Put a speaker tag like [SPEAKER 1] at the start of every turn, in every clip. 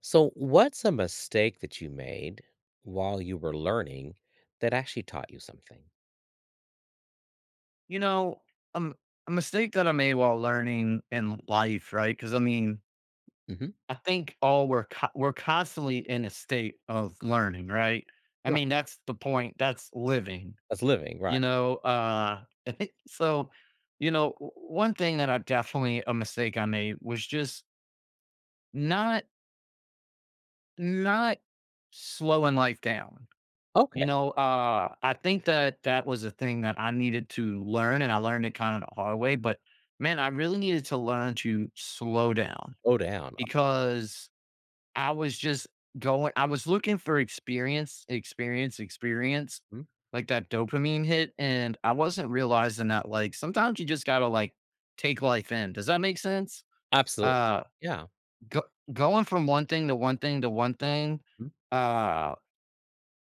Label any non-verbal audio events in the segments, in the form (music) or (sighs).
[SPEAKER 1] So, what's a mistake that you made while you were learning that actually taught you something?
[SPEAKER 2] You know, um, a mistake that I made while learning in life, right? Because I mean,
[SPEAKER 1] Hmm.
[SPEAKER 2] I think all we're constantly in a state of learning, right? I
[SPEAKER 1] Right.
[SPEAKER 2] mean, that's the point. That's living,
[SPEAKER 1] That's living, right.
[SPEAKER 2] you know. Uh, (laughs) so, one thing that I definitely a mistake I made was just not not slowing life down.
[SPEAKER 1] Okay.
[SPEAKER 2] I think that that was a thing that I needed to learn, and I learned it kind of the hard way. But man, I really needed to learn to slow down
[SPEAKER 1] Go down.
[SPEAKER 2] because I was just going, I was looking for experience, experience, experience,
[SPEAKER 1] Mhm.
[SPEAKER 2] like that dopamine hit. And I wasn't realizing that, like, sometimes you just got to like take life in. Does that make sense?
[SPEAKER 1] Absolutely.
[SPEAKER 2] Uh,
[SPEAKER 1] Yeah.
[SPEAKER 2] go, Going from one thing to one thing to one thing.
[SPEAKER 1] Mhm.
[SPEAKER 2] Uh,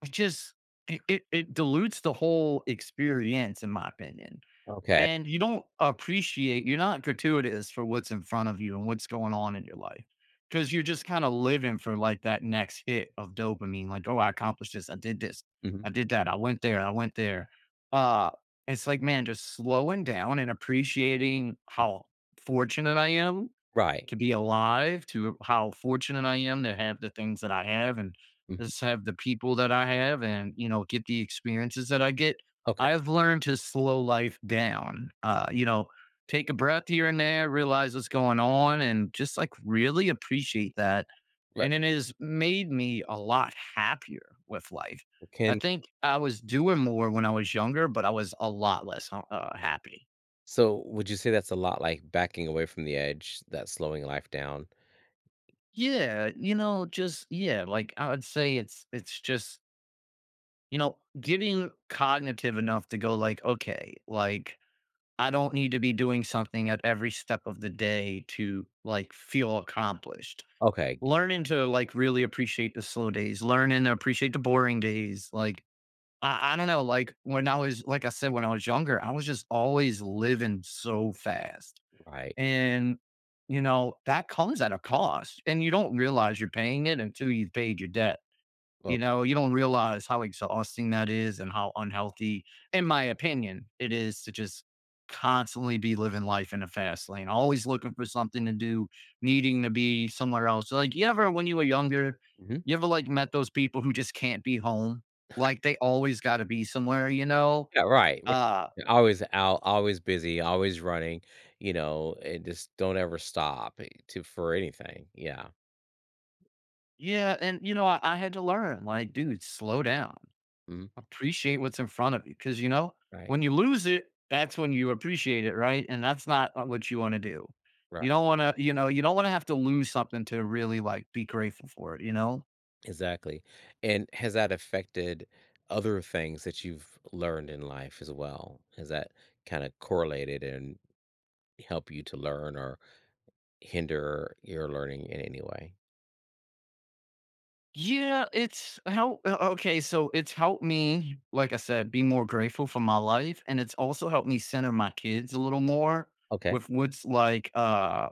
[SPEAKER 2] it just it dilutes the whole experience, in my opinion,
[SPEAKER 1] Okay.
[SPEAKER 2] and you don't appreciate, you're not gratuitous for what's in front of you and what's going on in your life, because you're just kind of living for like that next hit of dopamine, like, oh, I accomplished this, I did this,
[SPEAKER 1] Hmm.
[SPEAKER 2] I did that, I went there, I went there. uh it's like, man, just slowing down and appreciating how fortunate I am
[SPEAKER 1] Right.
[SPEAKER 2] to be alive, to how fortunate I am to have the things that I have and just
[SPEAKER 1] Hmm.
[SPEAKER 2] have the people that I have and, you know, get the experiences that I get.
[SPEAKER 1] Okay.
[SPEAKER 2] I've learned to slow life down, take a breath here and there, realize what's going on, and just like really appreciate that.
[SPEAKER 1] Right.
[SPEAKER 2] And it has made me a lot happier with life. I
[SPEAKER 1] Can
[SPEAKER 2] think I was doing more when I was younger, but I was a lot less happy.
[SPEAKER 1] So would you say that's a lot like backing away from the edge, that slowing life down?
[SPEAKER 2] Yeah, just yeah, like I would say it's just, getting cognitive enough to go like, okay, like I don't need to be doing something at every step of the day to like feel accomplished.
[SPEAKER 1] Okay.
[SPEAKER 2] Learning to like really appreciate the slow days, learning to appreciate the boring days. Like, I don't know, like when I was, like I said, when I was younger, I was just always living so fast.
[SPEAKER 1] Right.
[SPEAKER 2] And that comes at a cost and you don't realize you're paying it until you've paid your debt.
[SPEAKER 1] Well,
[SPEAKER 2] You don't realize how exhausting that is and how unhealthy, in my opinion, it is to just constantly be living life in a fast lane, always looking for something to do, needing to be somewhere else. Like, you ever, when you were younger,
[SPEAKER 1] mhm.
[SPEAKER 2] you ever like met those people who just can't be home? Like, they always got to be somewhere, you know?
[SPEAKER 1] Yeah. Right, right.
[SPEAKER 2] Uh,
[SPEAKER 1] You're always out, always busy, always running. And just don't ever stop to for anything. Yeah.
[SPEAKER 2] yeah. And I had to learn, like, dude, slow down.
[SPEAKER 1] Mm-hmm.
[SPEAKER 2] Appreciate what's in front of you, because you know,
[SPEAKER 1] Right,
[SPEAKER 2] when you lose it, that's when you appreciate it, right? And that's not what you wanna do.
[SPEAKER 1] right,
[SPEAKER 2] You don't wanna have to lose something to really, like, be grateful for it, you know?
[SPEAKER 1] exactly, and has that affected other things that you've learned in life as well? Has that kinda correlated and help you to learn or hinder your learning in any way?
[SPEAKER 2] Yeah, it's help o okay, so it's helped me, like I said, be more grateful for my life, and it's also helped me center my kids a little more
[SPEAKER 1] Okay,
[SPEAKER 2] with what's, like, uh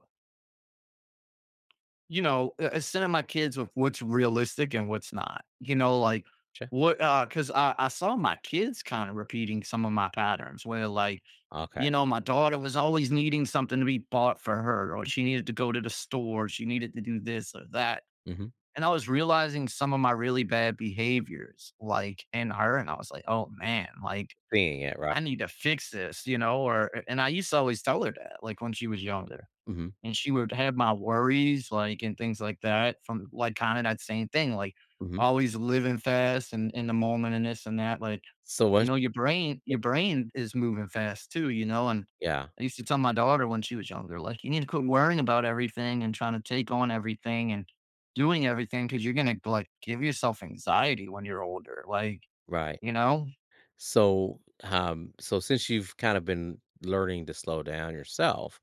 [SPEAKER 2] you know, uh, uh, sending my kids with what's realistic and what's not. Like,
[SPEAKER 1] sure,
[SPEAKER 2] what because I saw my kids kind of repeating some of my patterns where like,
[SPEAKER 1] okay,
[SPEAKER 2] my daughter was always needing something to be bought for her, or she needed to go to the store, she needed to do this or that.
[SPEAKER 1] mhm,
[SPEAKER 2] And I was realizing some of my really bad behaviors like in her. And I was like, oh man, like
[SPEAKER 1] seeing it, right,
[SPEAKER 2] I need to fix this, you know, or and I used to always tell her that, like when she was younger,
[SPEAKER 1] mhm,
[SPEAKER 2] and she would have my worries, like, and things like that from, like, kinda that same thing, like,
[SPEAKER 1] mhm,
[SPEAKER 2] always living fast and in the moment and this and that, like,
[SPEAKER 1] so
[SPEAKER 2] you
[SPEAKER 1] once
[SPEAKER 2] know, your brain is moving fast too, and
[SPEAKER 1] yeah,
[SPEAKER 2] I used to tell my daughter when she was younger, like, "You need to quit worrying about everything and trying to take on everything and doing everything because you 'cause you're gonna, like, give yourself anxiety when you're older," like,
[SPEAKER 1] right,
[SPEAKER 2] you know?
[SPEAKER 1] so, so since you've kind of been learning to slow down yourself,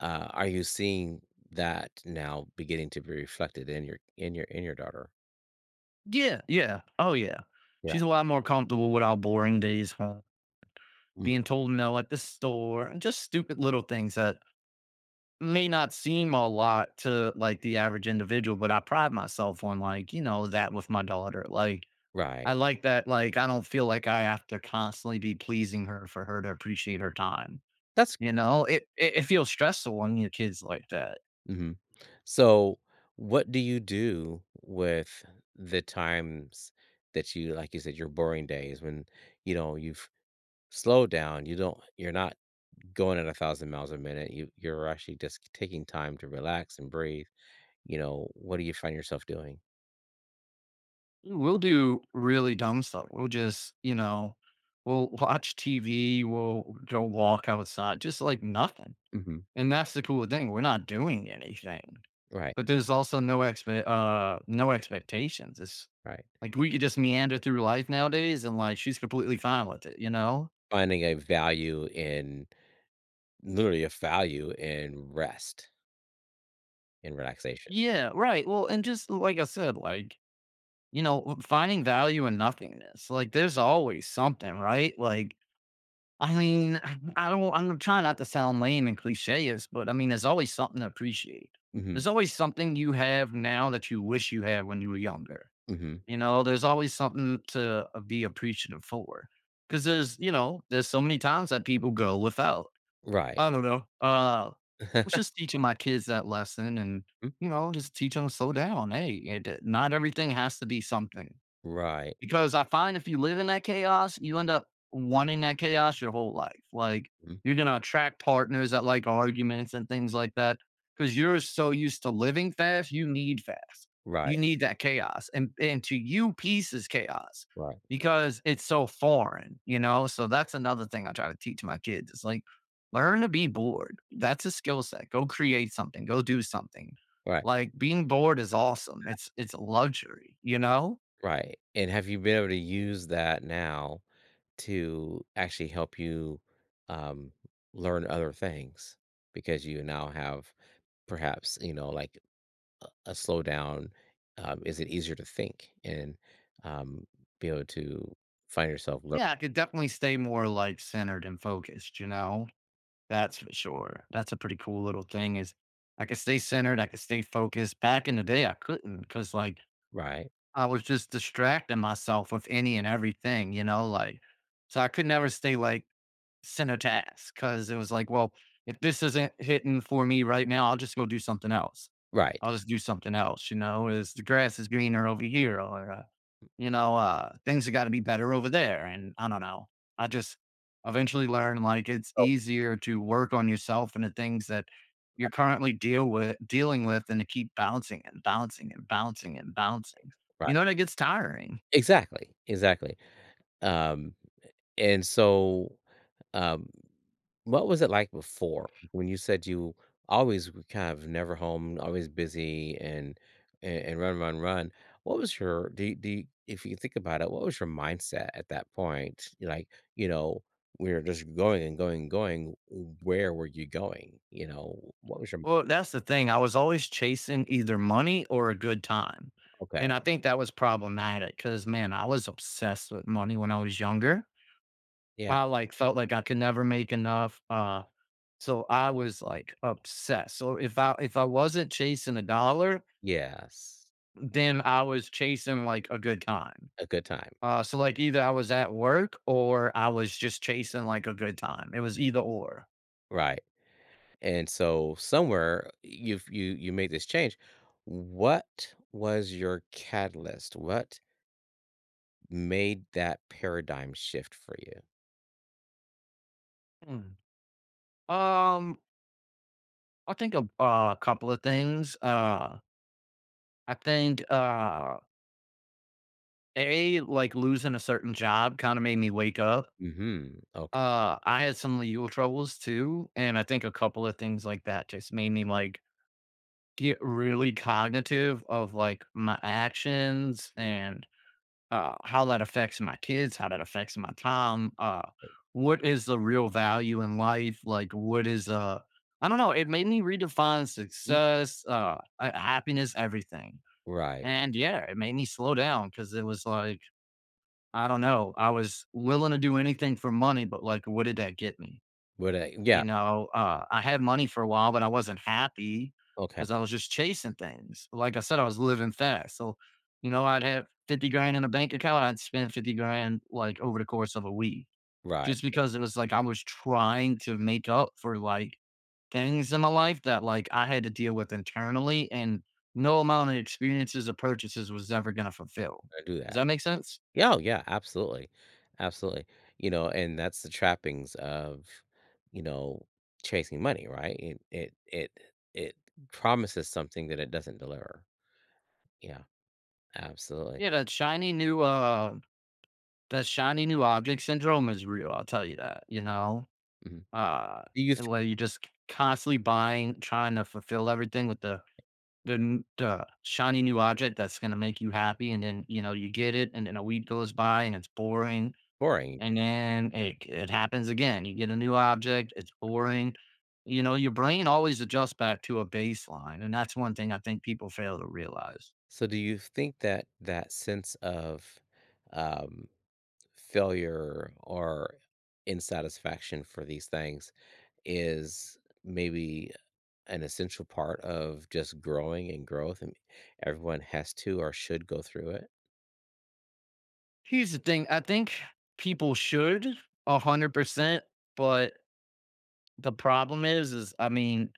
[SPEAKER 1] are you seeing that now beginning to be reflected in your daughter?
[SPEAKER 2] Yeah, yeah, oh, yeah.
[SPEAKER 1] Yeah,
[SPEAKER 2] She's a lot more comfortable with our boring days home,
[SPEAKER 1] mhm,
[SPEAKER 2] being told no at the store, and just stupid little things that may not seem a lot to like the average individual, but I pride myself on like, that with my daughter. Like,
[SPEAKER 1] right.
[SPEAKER 2] I like that. Like, I don't feel like I have to constantly be pleasing her for her to appreciate her time.
[SPEAKER 1] That's
[SPEAKER 2] It feels stressful on your kids like that.
[SPEAKER 1] mhm. So, what do you do with the times that you like you said, your boring days when, you know, you've slowed down, you're not going at 1,000 miles a minute, you're actually just taking time to relax and breathe, you know, what do you find yourself doing?
[SPEAKER 2] We'll do really dumb stuff. We'll just, you know, we'll watch TV, we'll go walk outside, just like nothing.
[SPEAKER 1] Mhm,
[SPEAKER 2] And that's the cool thing. We're not doing anything.
[SPEAKER 1] right,
[SPEAKER 2] But there's also no expectations. It's
[SPEAKER 1] right.
[SPEAKER 2] like we could just meander through life nowadays and like she's completely fine with it, you know?
[SPEAKER 1] Finding a value in literally a value in rest and relaxation.
[SPEAKER 2] Yeah, right. Well, and just like I said, like, finding value in nothingness. Like there's always something, right? Like, I mean, (sighs) (laughs) I'm trying not to sound lame and cliches, but I mean, there's always something to appreciate.
[SPEAKER 1] Mhm,
[SPEAKER 2] There's always something you have now that you wish you had when you were younger.
[SPEAKER 1] mhm,
[SPEAKER 2] There's always something to be appreciative for, because there's so many times that people go without.
[SPEAKER 1] right.
[SPEAKER 2] I don't know. Was
[SPEAKER 1] (laughs)
[SPEAKER 2] just teaching my kids that lesson and, just teach them slow down. Hey, it not everything has to be something.
[SPEAKER 1] Right.
[SPEAKER 2] Because I find if you live in that chaos, you end up wanting that chaos your whole life. Like,
[SPEAKER 1] Mhm.
[SPEAKER 2] you're gonna attract partners that like arguments and things like that. Because 'cause you're so used to living fast.
[SPEAKER 1] Right,
[SPEAKER 2] You need that chaos, and to you, peace is chaos
[SPEAKER 1] right,
[SPEAKER 2] because it's so foreign, you know? So that's another thing I try to teach my kids. It's like, learn to be bored. That's a skill set. Go create something. Go do something.
[SPEAKER 1] right,
[SPEAKER 2] Like, being bored is awesome. It's a luxury, you know?
[SPEAKER 1] right, and have you been able to use that now to actually help you, um, learn other things? Because you now have perhaps, you know, like, a slowdown, is it easier to think and, um, be able to find yourself learn?
[SPEAKER 2] Yeah, I could definitely stay more, like, centered and focused, you know? That's for sure. That's a pretty cool little thing is I could stay centered, I could stay focused. Back in the day, I couldn't not because like,
[SPEAKER 1] Right,
[SPEAKER 2] I was just distracting myself with any and everything, like, so I could never stay like center task because it was like, well, if this isn't hitting for me right now, I'll just go do something else.
[SPEAKER 1] right,
[SPEAKER 2] I'll just do something else, is the grass is greener over here or, things have got to be better over there. And I don't know. I just eventually learned like it's
[SPEAKER 1] oh,
[SPEAKER 2] easier to work on yourself and the things that you're currently dealing with and to keep bouncing and bouncing and bouncing and bouncing.
[SPEAKER 1] right,
[SPEAKER 2] And it gets tiring.
[SPEAKER 1] exactly, exactly. Um, and so, um, what was it like before when you said you always were kind of never home, always busy and run, run, run? What was your if you think about it, what was your mindset at that point? Like, you know, we were just going and going and going. Where were you going? You know, what was your
[SPEAKER 2] Well, that's the thing. I was always chasing either money or a good time.
[SPEAKER 1] okay?
[SPEAKER 2] And I think that was problematic because, man, I was obsessed with money when I was younger.
[SPEAKER 1] Yeah,
[SPEAKER 2] I like felt like I could never make enough. So I was like obsessed. So if I wasn't chasing a dollar,
[SPEAKER 1] yes,
[SPEAKER 2] then I was chasing like a good time.
[SPEAKER 1] a good time,
[SPEAKER 2] So like either I was at work or I was just chasing like a good time. It was either or.
[SPEAKER 1] right? And so somewhere you made this change. What was your catalyst? What made that paradigm shift for you?
[SPEAKER 2] Hmm. Um, I think of a couple of things. I think, A, like losing a certain job kinda made me wake up.
[SPEAKER 1] Mhm. Okay.
[SPEAKER 2] I had some legal troubles too, and I think a couple of things like that just made me, like, get really cognitive of, like, my actions and how that affects my kids, how that affects my time, what is the real value in life, like, what I don't know, it made me redefine
[SPEAKER 1] Mm.
[SPEAKER 2] success, happiness, everything.
[SPEAKER 1] Right.
[SPEAKER 2] And yeah, it made me slow down because it was like, I don't know, I was willing to do anything for money, but like, what did that get me?
[SPEAKER 1] Would I Yeah,
[SPEAKER 2] I had money for a while, but I wasn't happy
[SPEAKER 1] okay.
[SPEAKER 2] because I was just chasing things. Like I said, I was living fast. So, I'd have 50 grand in a bank account. I'd spend 50 grand like over the course of a week
[SPEAKER 1] Right.
[SPEAKER 2] just because it was like I was trying to make up for like things in my life that like I had to deal with internally and no amount of experiences or purchases was ever gonna fulfill.
[SPEAKER 1] I do
[SPEAKER 2] Does
[SPEAKER 1] that.
[SPEAKER 2] that make sense?
[SPEAKER 1] Yeah, oh, yeah, absolutely. Absolutely. You know, and that's the trappings of, you know, chasing money, right? It promises something that it doesn't deliver. Yeah, absolutely.
[SPEAKER 2] Yeah, that shiny new object syndrome is real. I'll tell you that, you know?
[SPEAKER 1] Mhm.
[SPEAKER 2] Uh
[SPEAKER 1] Do you th
[SPEAKER 2] and where you just constantly buying, trying to fulfill everything with the shiny new object that's going to make you happy, and then you get it and then a week goes by and it's boring.
[SPEAKER 1] Boring.
[SPEAKER 2] And then it happens again. You get a new object, it's boring. You know, your brain always adjusts back to a baseline, and that's one thing I think people fail to realize.
[SPEAKER 1] So do you think that that sense of um, failure or insatisfaction for these things is maybe an essential part of just growing and growth and everyone has to or should go through it?
[SPEAKER 2] Here's the thing, I think people should 100%, but the problem is, I mean,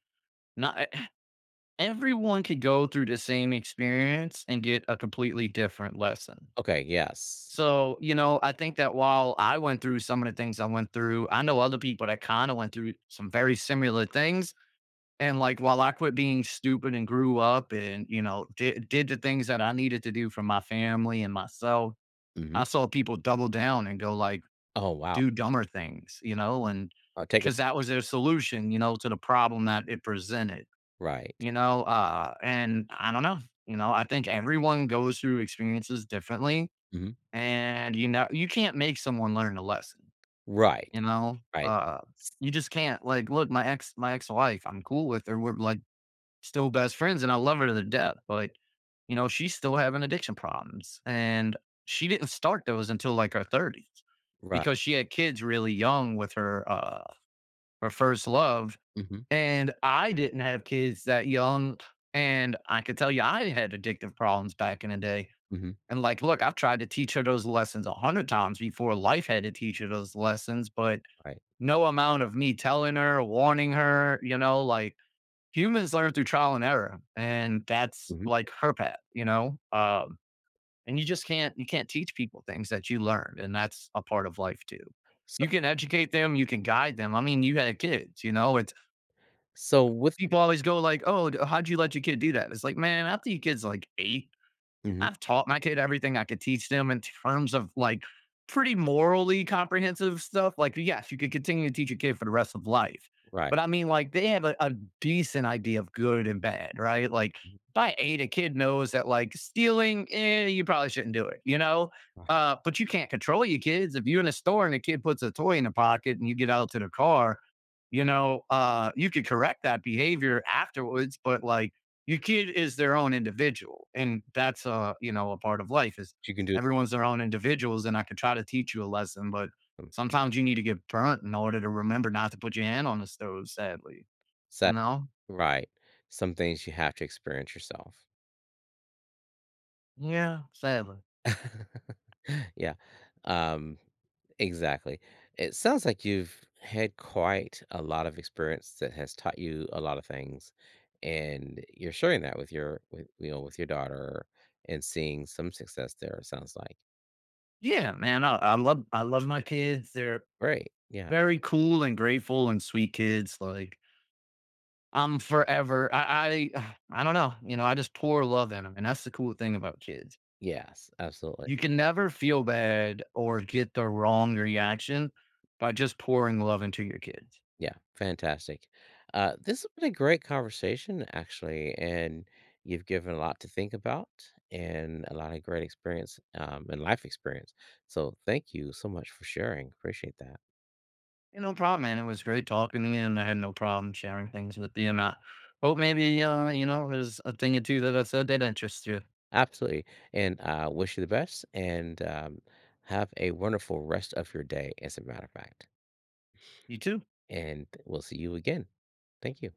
[SPEAKER 2] not (sighs) everyone could go through the same experience and get a completely different lesson.
[SPEAKER 1] Okay, yes.
[SPEAKER 2] So, you know, I think that while I went through some of the things I went through, I know other people that kind of went through some very similar things. And like, while I quit being stupid and grew up and, you know, did the things that I needed to do for my family and myself,
[SPEAKER 1] Hmm.
[SPEAKER 2] I saw people double down and go like
[SPEAKER 1] Oh, wow.
[SPEAKER 2] do dumber things, you know, and
[SPEAKER 1] I'll take it.
[SPEAKER 2] because that was their solution, you know, to the problem that it presented,
[SPEAKER 1] Right.
[SPEAKER 2] you know. And I don't know, you know, I think everyone goes through experiences differently.
[SPEAKER 1] Hmm.
[SPEAKER 2] And you know, you can't make someone learn a lesson,
[SPEAKER 1] Right.
[SPEAKER 2] you know.
[SPEAKER 1] Right.
[SPEAKER 2] You just can't. Like, look, my ex wife, I'm cool with her. We're like still best friends and I love her to death, but you know, she's still having addiction problems. And she didn't start those until like her 30s
[SPEAKER 1] Right.
[SPEAKER 2] because she had kids really young with her first love.
[SPEAKER 1] Hmm.
[SPEAKER 2] And I didn't have kids that young. And I could tell you, I had addictive problems back in the day.
[SPEAKER 1] Hmm.
[SPEAKER 2] And like, look, I've tried to teach her those lessons 100 times before life had to teach her those lessons, but
[SPEAKER 1] Right.
[SPEAKER 2] no amount of me telling her, warning her, you know, like, humans learn through trial and error, and that's
[SPEAKER 1] Hmm.
[SPEAKER 2] like her path, and you can't teach people things that you learned. And that's a part of life too.
[SPEAKER 1] So,
[SPEAKER 2] You can educate them, you can guide them. I mean, you had kids, you know, it's
[SPEAKER 1] so with,
[SPEAKER 2] people always go like, oh, how'd you let your kid do that. It's like, man, after your kid's like eight,
[SPEAKER 1] Mhm.
[SPEAKER 2] I've taught my kid everything I could teach them in terms of like pretty morally comprehensive stuff. Like, yes, you could continue to teach a kid for the rest of life.
[SPEAKER 1] Right.
[SPEAKER 2] But I mean, like, they have a decent idea of good and bad, right? Like,
[SPEAKER 1] Mhm.
[SPEAKER 2] by eight, a kid knows that like stealing, eh, you probably shouldn't do it, you know?
[SPEAKER 1] Right.
[SPEAKER 2] But you can't control your kids. If you're in a store and a kid puts a toy in the pocket and you get out to the car, you know, you could correct that behavior afterwards, but like, your kid is their own individual, and that's, a you know, a part of life is
[SPEAKER 1] You can do it.
[SPEAKER 2] everyone's their own individuals. And I could try to teach you a lesson, but sometimes you need to get burnt in order to remember not to put your hand on the stove, sadly, you
[SPEAKER 1] um,
[SPEAKER 2] know.
[SPEAKER 1] Right. Some things you have to experience yourself.
[SPEAKER 2] Yeah, sadly.
[SPEAKER 1] (laughs) Yeah. Um, exactly. It sounds like you've had quite a lot of experience that has taught you a lot of things, and you're sharing that with you know, with your daughter and seeing some success there, it sounds like.
[SPEAKER 2] Yeah, man. I love my kids. They're
[SPEAKER 1] Great. Yeah.
[SPEAKER 2] very cool and grateful and sweet kids. Like, I'm forever I (sighs) I don't know, you know, I just pour love in them. And that's the cool thing about kids.
[SPEAKER 1] Yes, absolutely.
[SPEAKER 2] You can never feel bad or get the wrong reaction by just pouring love into your kids.
[SPEAKER 1] Yeah, fantastic. This has been a great conversation, actually, and you've given a lot to think about and a lot of great experience and life experience. So, thank you so much for sharing. Appreciate that.
[SPEAKER 2] And no problem, man. It was great talking to you, and I had no problem sharing things with you. And I hope maybe, there's a thing or two that I said that interests you.
[SPEAKER 1] Absolutely. And wish you the best and have a wonderful rest of your day, as a matter of fact.
[SPEAKER 2] You too.
[SPEAKER 1] And we'll see you again. Thank you.